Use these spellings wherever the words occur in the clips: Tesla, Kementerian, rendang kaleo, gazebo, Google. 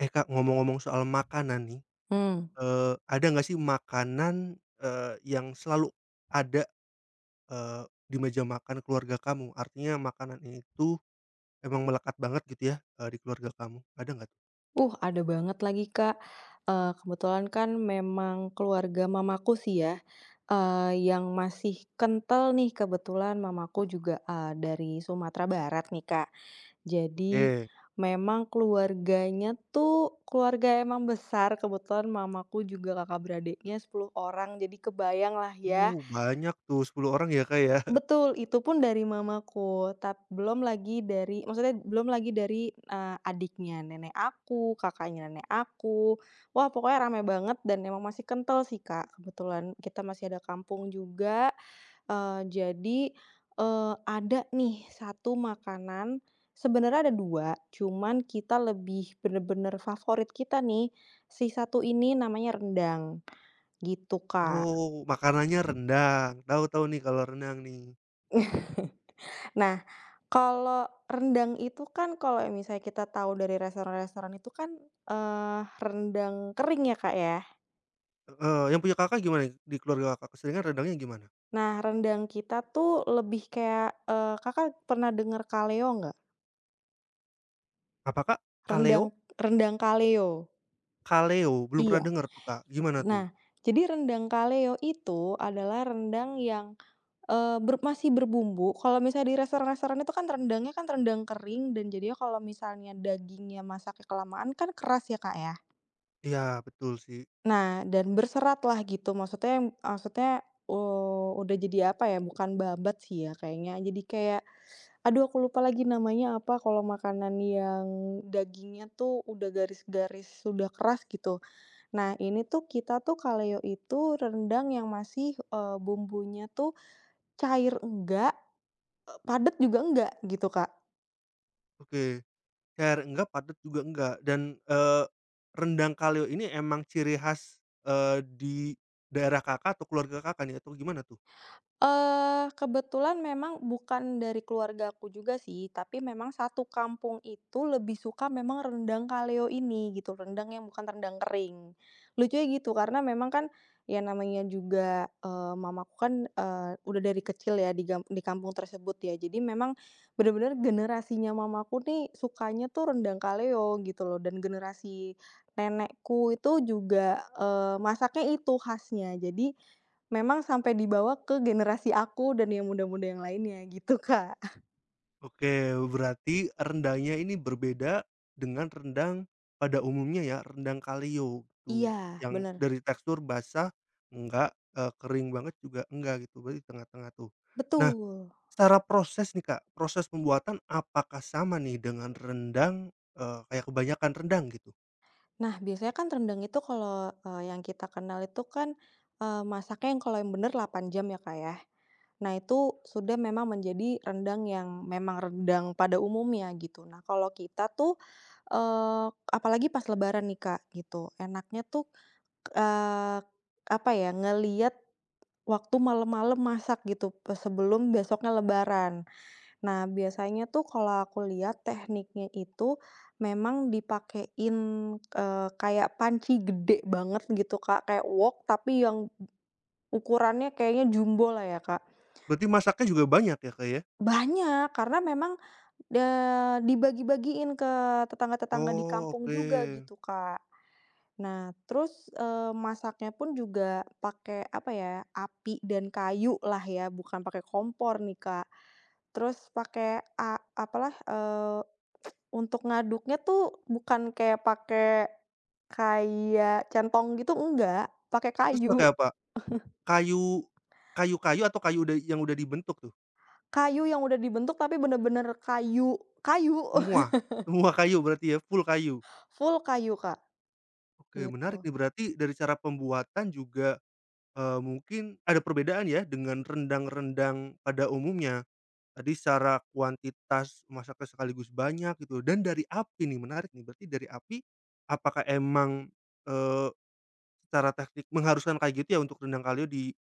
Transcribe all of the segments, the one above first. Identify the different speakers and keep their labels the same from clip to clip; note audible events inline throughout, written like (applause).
Speaker 1: Eh, Kak, ngomong-ngomong soal makanan nih,
Speaker 2: Hmm,
Speaker 1: ada nggak sih makanan, yang selalu ada, eee, di meja makan keluarga kamu? Artinya makanan itu emang melekat banget gitu ya, di keluarga kamu, ada nggak tuh?
Speaker 2: Ada banget lagi, Kak. Kebetulan kan memang keluarga mamaku sih ya, yang masih kental nih, kebetulan mamaku juga, dari Sumatera Barat nih, Kak. Jadi
Speaker 1: Oke,
Speaker 2: memang keluarganya tuh keluarga emang besar, kebetulan mamaku juga kakak beradiknya 10 orang, jadi kebayang lah ya.
Speaker 1: banyak tuh 10 orang ya, Kak, ya?
Speaker 2: Betul, itu pun dari mamaku, belum lagi dari, maksudnya belum lagi dari, adiknya nenek aku, kakaknya nenek aku. Wah, pokoknya rame banget dan emang masih kental sih, Kak. Kebetulan kita masih ada kampung juga, jadi, ada nih satu makanan, sebenarnya ada 2, cuman kita lebih bener-bener favorit kita nih, si satu ini namanya rendang, gitu, Kak.
Speaker 1: Oh, makanannya rendang, tahu-tahu nih kalau rendang nih.
Speaker 2: (laughs) Nah, kalau rendang itu kan, kalau misalnya kita tahu dari restoran-restoran itu kan, rendang kering ya, Kak, ya.
Speaker 1: Heeh, yang punya Kakak gimana nih? Di keluarga Kakak, keseringan rendangnya gimana?
Speaker 2: Nah, rendang kita tuh lebih kayak, Kakak pernah dengar kaleo nggak?
Speaker 1: Apa, Kak? Kaleo?
Speaker 2: Rendang, rendang kaleo.
Speaker 1: Kaleo, belum pernah
Speaker 2: Iya.
Speaker 1: denger tuh, Kak, gimana tuh?
Speaker 2: Nah, jadi rendang kaleo itu adalah rendang yang, eee, ber masih berbumbu. Kalau misalnya di restoran-restoran itu kan rendangnya kan rendang kering, dan jadinya kalau misalnya dagingnya masaknya kelamaan kan keras ya, Kak, ya.
Speaker 1: Iya, betul sih.
Speaker 2: Nah, dan berserat lah gitu, maksudnya maksudnya, udah jadi apa ya, bukan babat sih ya kayaknya, jadi kayak, aduh, aku lupa lagi namanya apa, kalau makanan yang dagingnya tuh udah garis-garis, sudah keras gitu. Nah, ini tuh kita tuh kaleo itu rendang yang masih, bumbunya tuh cair enggak, padat juga enggak gitu, Kak.
Speaker 1: Oke. Cair enggak, padat juga enggak, dan rendang kaleo ini emang ciri khas, di daerah Kakak atau keluarga Kakak nih atau gimana tuh?
Speaker 2: Eh, kebetulan memang bukan dari keluargaku juga sih, tapi memang satu kampung itu lebih suka memang rendang kaleo ini gitu, rendang yang bukan rendang kering. Lucunya gitu, karena memang kan ya namanya juga, mamaku kan, udah dari kecil ya di kampung tersebut ya, jadi memang benar-benar generasinya mamaku nih sukanya tuh rendang kaleo gitu loh, dan generasi nenekku itu juga, masaknya itu khasnya. Jadi memang sampai dibawa ke generasi aku dan yang muda-muda yang lainnya gitu, Kak.
Speaker 1: Oke, berarti rendangnya ini berbeda dengan rendang pada umumnya ya, rendang kaleo gitu,
Speaker 2: Iya,
Speaker 1: yang
Speaker 2: bener,
Speaker 1: dari tekstur basah enggak, kering banget juga enggak gitu, berarti tengah-tengah tuh. Nah,
Speaker 2: betul.
Speaker 1: secara proses nih Kak, proses pembuatan apakah sama nih dengan rendang, kayak kebanyakan rendang gitu?
Speaker 2: Nah, biasanya kan rendang itu kalau, yang kita kenal itu kan, masaknya yang kalau yang bener 8 jam ya, Kak, ya. Nah, itu sudah memang menjadi rendang yang memang rendang pada umumnya gitu. Nah, kalau kita tuh, eee, apalagi pas lebaran nih, Kak, gitu, enaknya tuh, eee, apa ya, ngelihat waktu malam-malam masak gitu, sebelum besoknya lebaran. Nah, biasanya tuh kalau aku lihat tekniknya itu memang dipakein, kayak panci gede banget gitu, Kak, kayak wok tapi yang ukurannya kayaknya jumbo lah ya, Kak.
Speaker 1: Berarti masaknya juga banyak ya, Kak, ya?
Speaker 2: Banyak, karena memang, dibagi-bagiin ke tetangga-tetangga di
Speaker 1: Oh,
Speaker 2: kampung
Speaker 1: oke.
Speaker 2: juga gitu, Kak. Nah, terus, masaknya pun juga pakai, apa ya, api dan kayu lah ya, bukan pakai kompor nih, Kak. Terus pakai apalah, untuk ngaduknya tuh bukan kayak pakai kayak centong gitu, enggak, pakai
Speaker 1: Terus pakai
Speaker 2: kayu.
Speaker 1: apa? Kayu kayu-kayu atau kayu udah yang udah dibentuk tuh?
Speaker 2: Kayu yang udah dibentuk, tapi bener-bener kayu kayu,
Speaker 1: Semua?
Speaker 2: (laughs)
Speaker 1: Semua kayu berarti ya, full kayu?
Speaker 2: full kayu, Kak,
Speaker 1: Oke,
Speaker 2: gitu.
Speaker 1: menarik nih. Berarti dari cara pembuatan juga, mungkin ada perbedaan ya dengan rendang-rendang pada umumnya? Tadi secara kuantitas masaknya sekaligus banyak gitu dan dari api nih, menarik nih. Berarti dari api, apakah emang, eee, secara teknik mengharuskan kayak gitu ya untuk rendang kaleo di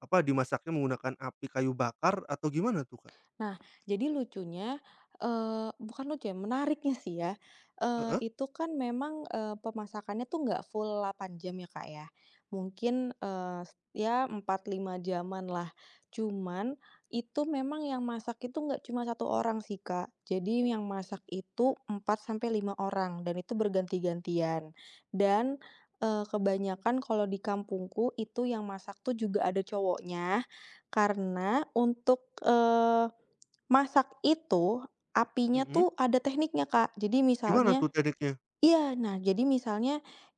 Speaker 1: apa, dimasaknya menggunakan api kayu bakar atau gimana tuh, Kak?
Speaker 2: Nah, jadi lucunya, bukan lucu ya, menariknya sih ya,
Speaker 1: Heeh?
Speaker 2: itu kan memang, pemasakannya tuh nggak full 8 jam ya, Kak, ya. Mungkin, ya 4 5 jaman lah. Cuman itu memang yang masak itu nggak cuma satu orang sih, Kak. Jadi yang masak itu 4 sampai 5 orang dan itu berganti-gantian. Dan, kebanyakan kalau di kampungku itu yang masak tuh juga ada cowoknya, karena untuk masak itu, apinya
Speaker 1: Mhm.
Speaker 2: tuh ada tekniknya, Kak. Jadi
Speaker 1: Gimana
Speaker 2: misalnya,
Speaker 1: tuh tekniknya?
Speaker 2: iya, nah jadi misalnya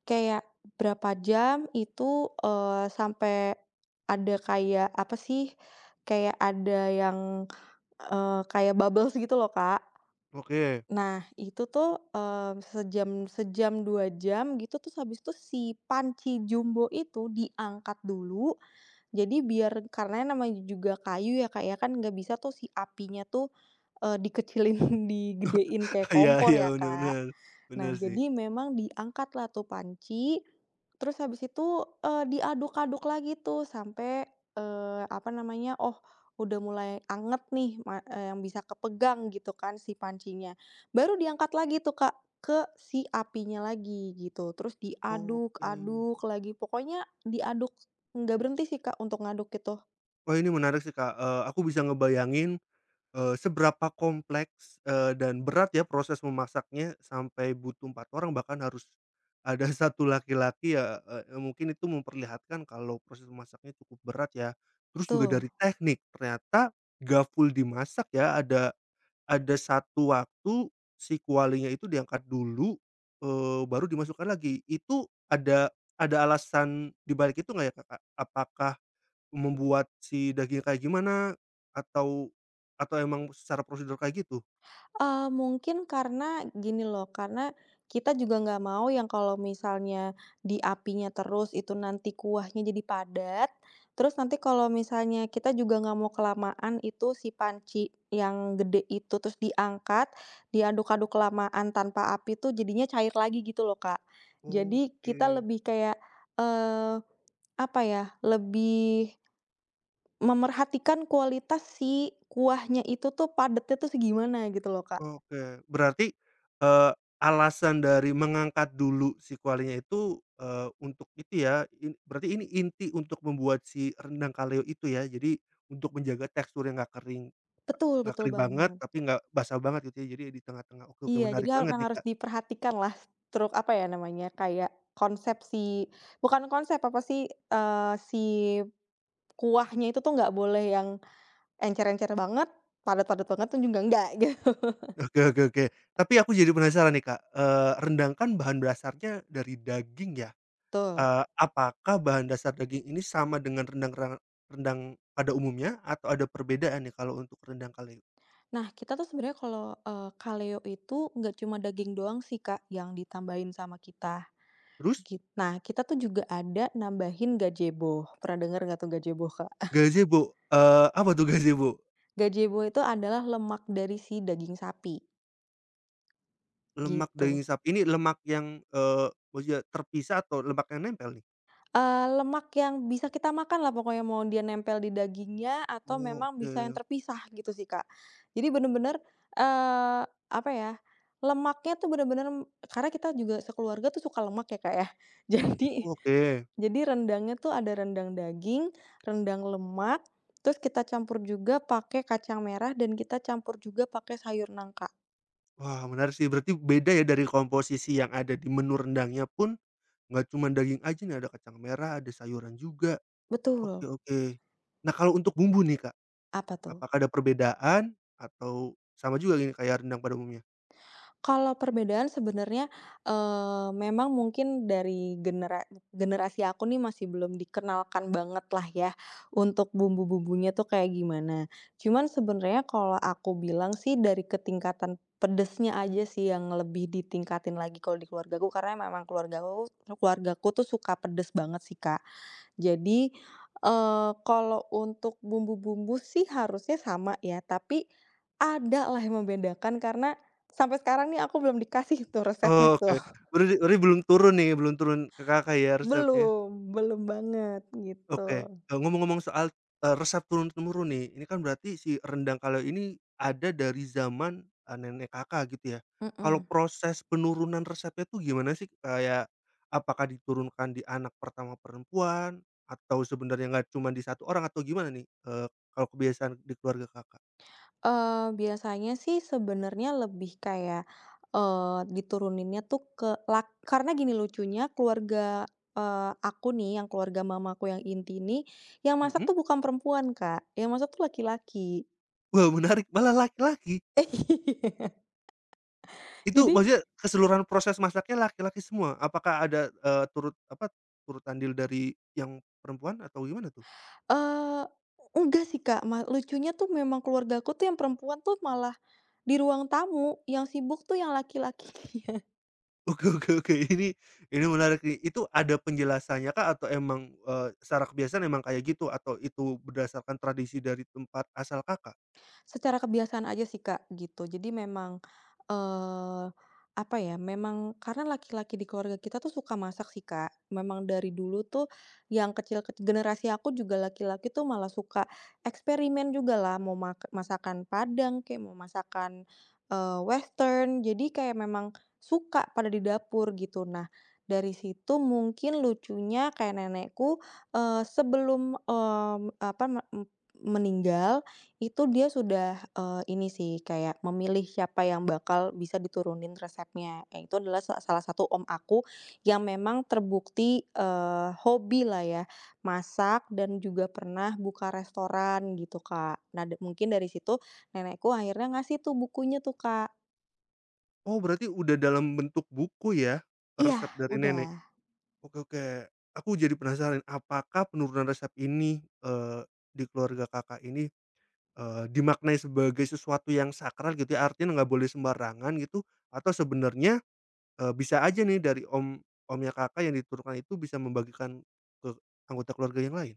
Speaker 2: kayak berapa jam itu, sampai ada kayak apa sih, kayak ada yang, kayak bubbles gitu loh, Kak.
Speaker 1: Oke.
Speaker 2: Nah itu tuh, eee, sejam sejam, 2 jam gitu, terus habis itu si panci jumbo itu diangkat dulu, jadi biar, karena namanya juga kayu ya, Kak, ya, kan nggak bisa tuh si apinya tuh, dikecilin, (laughs) digedein kayak
Speaker 1: (laughs) Iya,
Speaker 2: kompor
Speaker 1: iya,
Speaker 2: ya,
Speaker 1: bener,
Speaker 2: Kak.
Speaker 1: bener. Bener
Speaker 2: Nah,
Speaker 1: sih.
Speaker 2: jadi memang diangkatlah tuh panci. Terus habis itu, diaduk-aduk lagi tuh sampai, apa namanya, oh, udah mulai anget nih, yang bisa kepegang gitu kan si pancinya. Baru diangkat lagi tuh, Kak, ke si apinya lagi gitu, terus
Speaker 1: Oke.
Speaker 2: diaduk-aduk lagi, pokoknya diaduk, nggak berhenti sih, Kak, untuk ngaduk itu.
Speaker 1: Wah, ini menarik sih, Kak, aku bisa ngebayangin, seberapa kompleks, dan berat ya proses memasaknya sampai butuh 4 orang bahkan harus ada (laughs) satu laki-laki ya, mungkin itu memperlihatkan kalau proses memasaknya cukup berat ya. Terus juga
Speaker 2: Betul.
Speaker 1: dari teknik, ternyata nggak full dimasak ya ada. Ada satu waktu si kualinya itu diangkat dulu, baru dimasukkan lagi. Itu ada alasan di balik itu nggak ya, Kakak? Apakah membuat si daging kayak gimana? Atau emang secara prosedur kayak gitu?
Speaker 2: Mungkin karena gini loh, karena kita juga nggak mau yang kalau misalnya di apinya terus itu nanti kuahnya jadi padat, terus nanti kalau misalnya kita juga nggak mau kelamaan itu si panci yang gede itu terus diangkat, diaduk-aduk kelamaan tanpa api tuh jadinya cair lagi gitu loh, Kak. Jadi
Speaker 1: Oke,
Speaker 2: kita lebih kayak, eee, apa ya, lebih memerhatikan kualitas si kuahnya itu tuh padatnya tuh segimana gitu loh, Kak.
Speaker 1: oke. Berarti, eee, alasan dari mengangkat dulu si kualinya itu, untuk itu ya, berarti ini inti untuk membuat si rendang kaleo itu ya? Jadi untuk menjaga tekstur yang nggak kering.
Speaker 2: Betul,
Speaker 1: Nggak
Speaker 2: betul
Speaker 1: kering banget,
Speaker 2: banget.
Speaker 1: tapi nggak basah banget gitu ya, jadi di tengah-tengah. Oke, oke,
Speaker 2: Iya,
Speaker 1: menarik
Speaker 2: jadi
Speaker 1: banget
Speaker 2: memang
Speaker 1: nih,
Speaker 2: harus
Speaker 1: Kak.
Speaker 2: diperhatikan lah, apa ya namanya, kayak konsep si, bukan konsep, apa sih, si kuahnya itu tuh nggak boleh yang encer-encer banget, padat-padat banget tuh juga nggak, (laughs)
Speaker 1: (laughs) Oke, oke, oke. Tapi aku jadi penasaran nih, Kak, rendang kan bahan dasarnya dari daging ya?
Speaker 2: gitu.
Speaker 1: Apakah bahan dasar daging ini sama dengan rendang pada umumnya atau ada perbedaan nih kalau untuk rendang kaleo?
Speaker 2: Nah, kita tuh sebenarnya kalau, kaleo itu nggak cuma daging doang sih, Kak, yang ditambahin sama kita,
Speaker 1: Terus
Speaker 2: nah, kita tuh juga ada nambahin gazebo. Pernah dengar nggak tuh gazebo, Kak? (laughs)
Speaker 1: gazebo, apa tuh gazebo?
Speaker 2: Gazebo itu adalah lemak dari si daging sapi,
Speaker 1: Lemak daging
Speaker 2: gitu.
Speaker 1: sapi ini lemak yang, maksudnya terpisah atau lemak yang nempel nih?
Speaker 2: Lemak yang bisa kita makan lah pokoknya, mau dia nempel di dagingnya atau
Speaker 1: Oh,
Speaker 2: memang bisa yang
Speaker 1: oke.
Speaker 2: terpisah gitu sih, Kak. Jadi bener-bener, apa ya, lemaknya tuh bener-bener, karena kita juga sekeluarga tuh suka lemak ya, Kak, ya. (laughs) Jadi
Speaker 1: Oh, oke.
Speaker 2: jadi rendangnya tuh ada rendang daging, rendang lemak, terus kita campur juga pakai kacang merah dan kita campur juga pakai sayur nangka.
Speaker 1: Wah, menarik sih, berarti beda ya dari komposisi yang ada di menu rendangnya pun, nggak cuma daging aja nih, ada kacang merah, ada sayuran juga. Oke,
Speaker 2: Betul.
Speaker 1: oke. Nah, kalau untuk bumbu nih Kak,
Speaker 2: Apa tuh?
Speaker 1: apakah ada perbedaan atau sama juga gini kayak rendang pada umumnya?
Speaker 2: Kalau perbedaan sebenarnya, memang mungkin dari generasi aku nih masih belum dikenalkan banget lah ya, untuk bumbu-bumbunya tuh kayak gimana. Cuman sebenarnya kalau aku bilang sih dari ketingkatan pedesnya aja sih yang lebih ditingkatin lagi kalau di keluargaku, karena memang keluargaku keluargaku tuh suka pedes banget sih, Kak. Jadi, kalau untuk bumbu-bumbu sih harusnya sama ya, tapi ada lah yang membedakan karena sampai sekarang nih aku belum dikasih tuh resepnya
Speaker 1: Oh, oke,
Speaker 2: tuh. (laughs)
Speaker 1: berarti berarti belum turun nih, belum turun ke Kakak ya resepnya?
Speaker 2: Belum, belum banget gitu.
Speaker 1: Oke, ngomong-ngomong soal, resep turun-temurun nih, ini kan berarti si rendang kalau ini ada dari zaman, nenek Kakak gitu ya. Kalau
Speaker 2: Mhm.
Speaker 1: proses penurunan resepnya tuh gimana sih? Kayak apakah diturunkan di anak pertama perempuan atau sebenarnya nggak cuma di satu orang atau gimana nih, kalau kebiasaan di keluarga Kakak?
Speaker 2: Biasanya sih sebenarnya lebih kayak, dituruninnya tuh ke karena gini, lucunya keluarga, aku nih, yang keluarga mamaku yang inti nih, yang
Speaker 1: Mhm?
Speaker 2: masak tuh bukan perempuan, Kak, yang masak tuh laki-laki.
Speaker 1: Wah, menarik, malah laki-laki?
Speaker 2: (laughs)
Speaker 1: Itu
Speaker 2: Jadi,
Speaker 1: maksudnya keseluruhan proses masaknya laki-laki semua? Apakah ada, turut andil dari yang perempuan atau gimana tuh?
Speaker 2: eee, enggak sih, Kak, lucunya tuh memang keluargaku tuh yang perempuan tuh malah di ruang tamu, yang sibuk tuh yang laki-laki.
Speaker 1: Oke, oke, oke, ini menarik nih. Itu ada penjelasannya kah atau emang, secara kebiasaan emang kayak gitu atau itu berdasarkan tradisi dari tempat asal Kakak?
Speaker 2: Secara kebiasaan aja sih, Kak, gitu. Jadi memang, eee, apa ya, memang karena laki-laki di keluarga kita tuh suka masak sih, Kak. Memang dari dulu tuh yang kecil kec generasi aku juga laki-laki tuh malah suka eksperimen juga lah, mau masakan Padang, kayak mau masakan, western. Jadi kayak memang suka pada di dapur gitu. Nah, dari situ mungkin lucunya, kayak nenekku, sebelum, mmm, apa, meninggal, itu dia sudah, eee, ini sih, kayak memilih siapa yang bakal bisa diturunin resepnya, itu adalah salah satu om aku yang memang terbukti, eh, hobi lah ya, masak dan juga pernah buka restoran gitu, Kak. Nah, mungkin dari situ nenekku akhirnya ngasih tuh bukunya tuh, Kak.
Speaker 1: Oh, berarti udah dalam bentuk buku ya,
Speaker 2: Iya,
Speaker 1: resep dari nenek?
Speaker 2: udah.
Speaker 1: Oke, oke, aku jadi penasaran apakah penurunan resep ini, di keluarga Kakak ini, dimaknai sebagai sesuatu yang sakral gitu ya, artinya nggak boleh sembarangan gitu, atau sebenarnya bisa aja nih dari omnya Kakak yang diturunkan itu bisa membagikan ke anggota keluarga yang lain.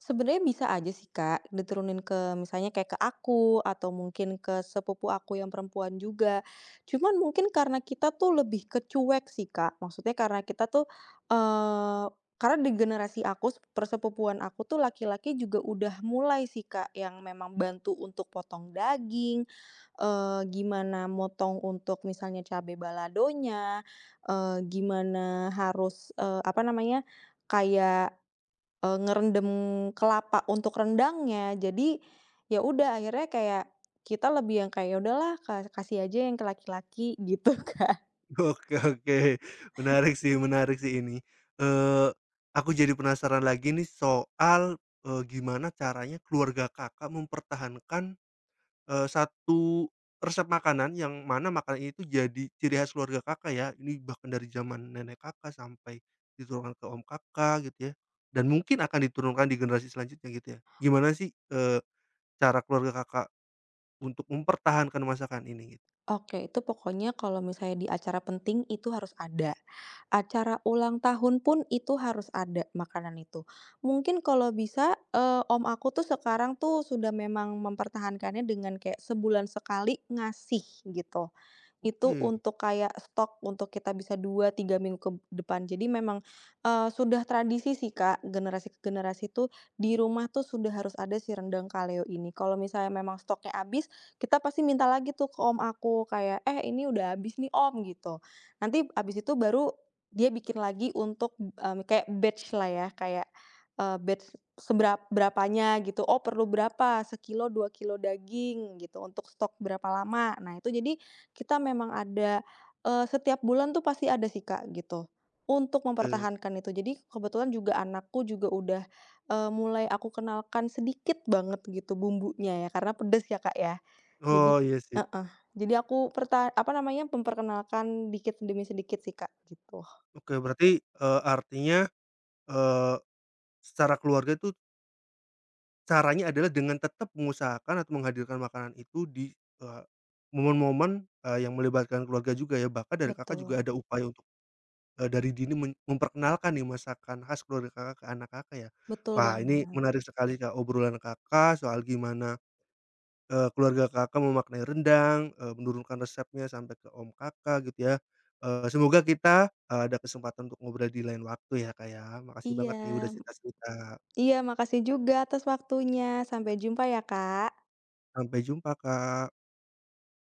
Speaker 2: Sebenarnya bisa aja sih, Kak, diturunin ke misalnya kayak ke aku atau mungkin ke sepupu aku yang perempuan juga. Cuman mungkin karena kita tuh lebih ke cuek sih, Kak. Maksudnya karena kita tuh, eee, karena di generasi aku, persepupuan aku tuh laki-laki juga udah mulai sih, Kak, yang memang bantu untuk potong daging, gimana motong untuk misalnya cabai baladonya, gimana harus, apa namanya, kayak, ngerendam kelapa untuk rendangnya. Jadi, ya udah akhirnya kayak kita lebih yang kayak, "Ya udahlah kasih aja yang ke laki-laki," gitu, (laughs) kan.
Speaker 1: (laughs) Oke, oke, menarik sih ini. Eee, aku jadi penasaran lagi nih soal, gimana caranya keluarga Kakak mempertahankan, satu resep makanan yang mana makanan itu jadi ciri khas keluarga Kakak ya, ini bahkan dari zaman nenek Kakak sampai diturunkan ke om Kakak gitu ya, dan mungkin akan diturunkan di generasi selanjutnya gitu ya. Gimana sih, eh, cara keluarga Kakak untuk mempertahankan masakan ini gitu.
Speaker 2: Oke, itu pokoknya kalau misalnya di acara penting itu harus ada. Acara ulang tahun pun itu harus ada makanan itu. Mungkin kalau bisa, om aku tuh sekarang tuh sudah memang mempertahankannya dengan kayak sebulan sekali ngasih gitu, itu
Speaker 1: Oke,
Speaker 2: untuk kayak stok untuk kita bisa 2 3 minggu ke depan. Jadi memang, sudah tradisi sih, Kak, generasi ke generasi tuh di rumah tuh sudah harus ada si rendang kaleo ini. Kalau misalnya memang stoknya habis, kita pasti minta lagi tuh ke om aku kayak, "Eh, ini udah habis nih, Om," gitu. Nanti habis itu baru dia bikin lagi untuk, mmm, kayak batch lah ya, kayak, batch seberapa berapanya gitu, "Oh, perlu berapa, sekilo, 2 kilo daging," gitu, "untuk stok berapa lama." Nah, itu jadi kita memang ada, setiap bulan tuh pasti ada sih, Kak, gitu, untuk
Speaker 1: oke.
Speaker 2: mempertahankan itu. Jadi kebetulan juga anakku juga udah, mulai aku kenalkan sedikit banget gitu bumbunya ya, karena pedes ya, Kak, ya. Jadi,
Speaker 1: Oh, iya sih.
Speaker 2: heeh, jadi aku apa namanya, memperkenalkan dikit demi sedikit sih, Kak, gitu.
Speaker 1: Oke, berarti, artinya, eee, secara keluarga itu caranya adalah dengan tetap mengusahakan atau menghadirkan makanan itu di, eee, momen-momen, yang melibatkan keluarga juga ya, bahkan dari Kakak
Speaker 2: Betul,
Speaker 1: juga ada upaya untuk, dari dini memperkenalkan nih masakan khas keluarga Kakak ke anak Kakak ya.
Speaker 2: betul
Speaker 1: Wah, ini
Speaker 2: banget.
Speaker 1: menarik sekali Kak, obrolan Kakak soal gimana keluarga Kakak memaknai rendang, menurunkan resepnya sampai ke om Kakak gitu ya. Semoga kita, ada kesempatan untuk ngobrol di lain waktu ya, Kak, ya. Makasih banget
Speaker 2: Iya,
Speaker 1: nih udah cerita-cerita.
Speaker 2: iya, makasih juga atas waktunya. Sampai jumpa ya, Kak.
Speaker 1: Sampai jumpa, Kak.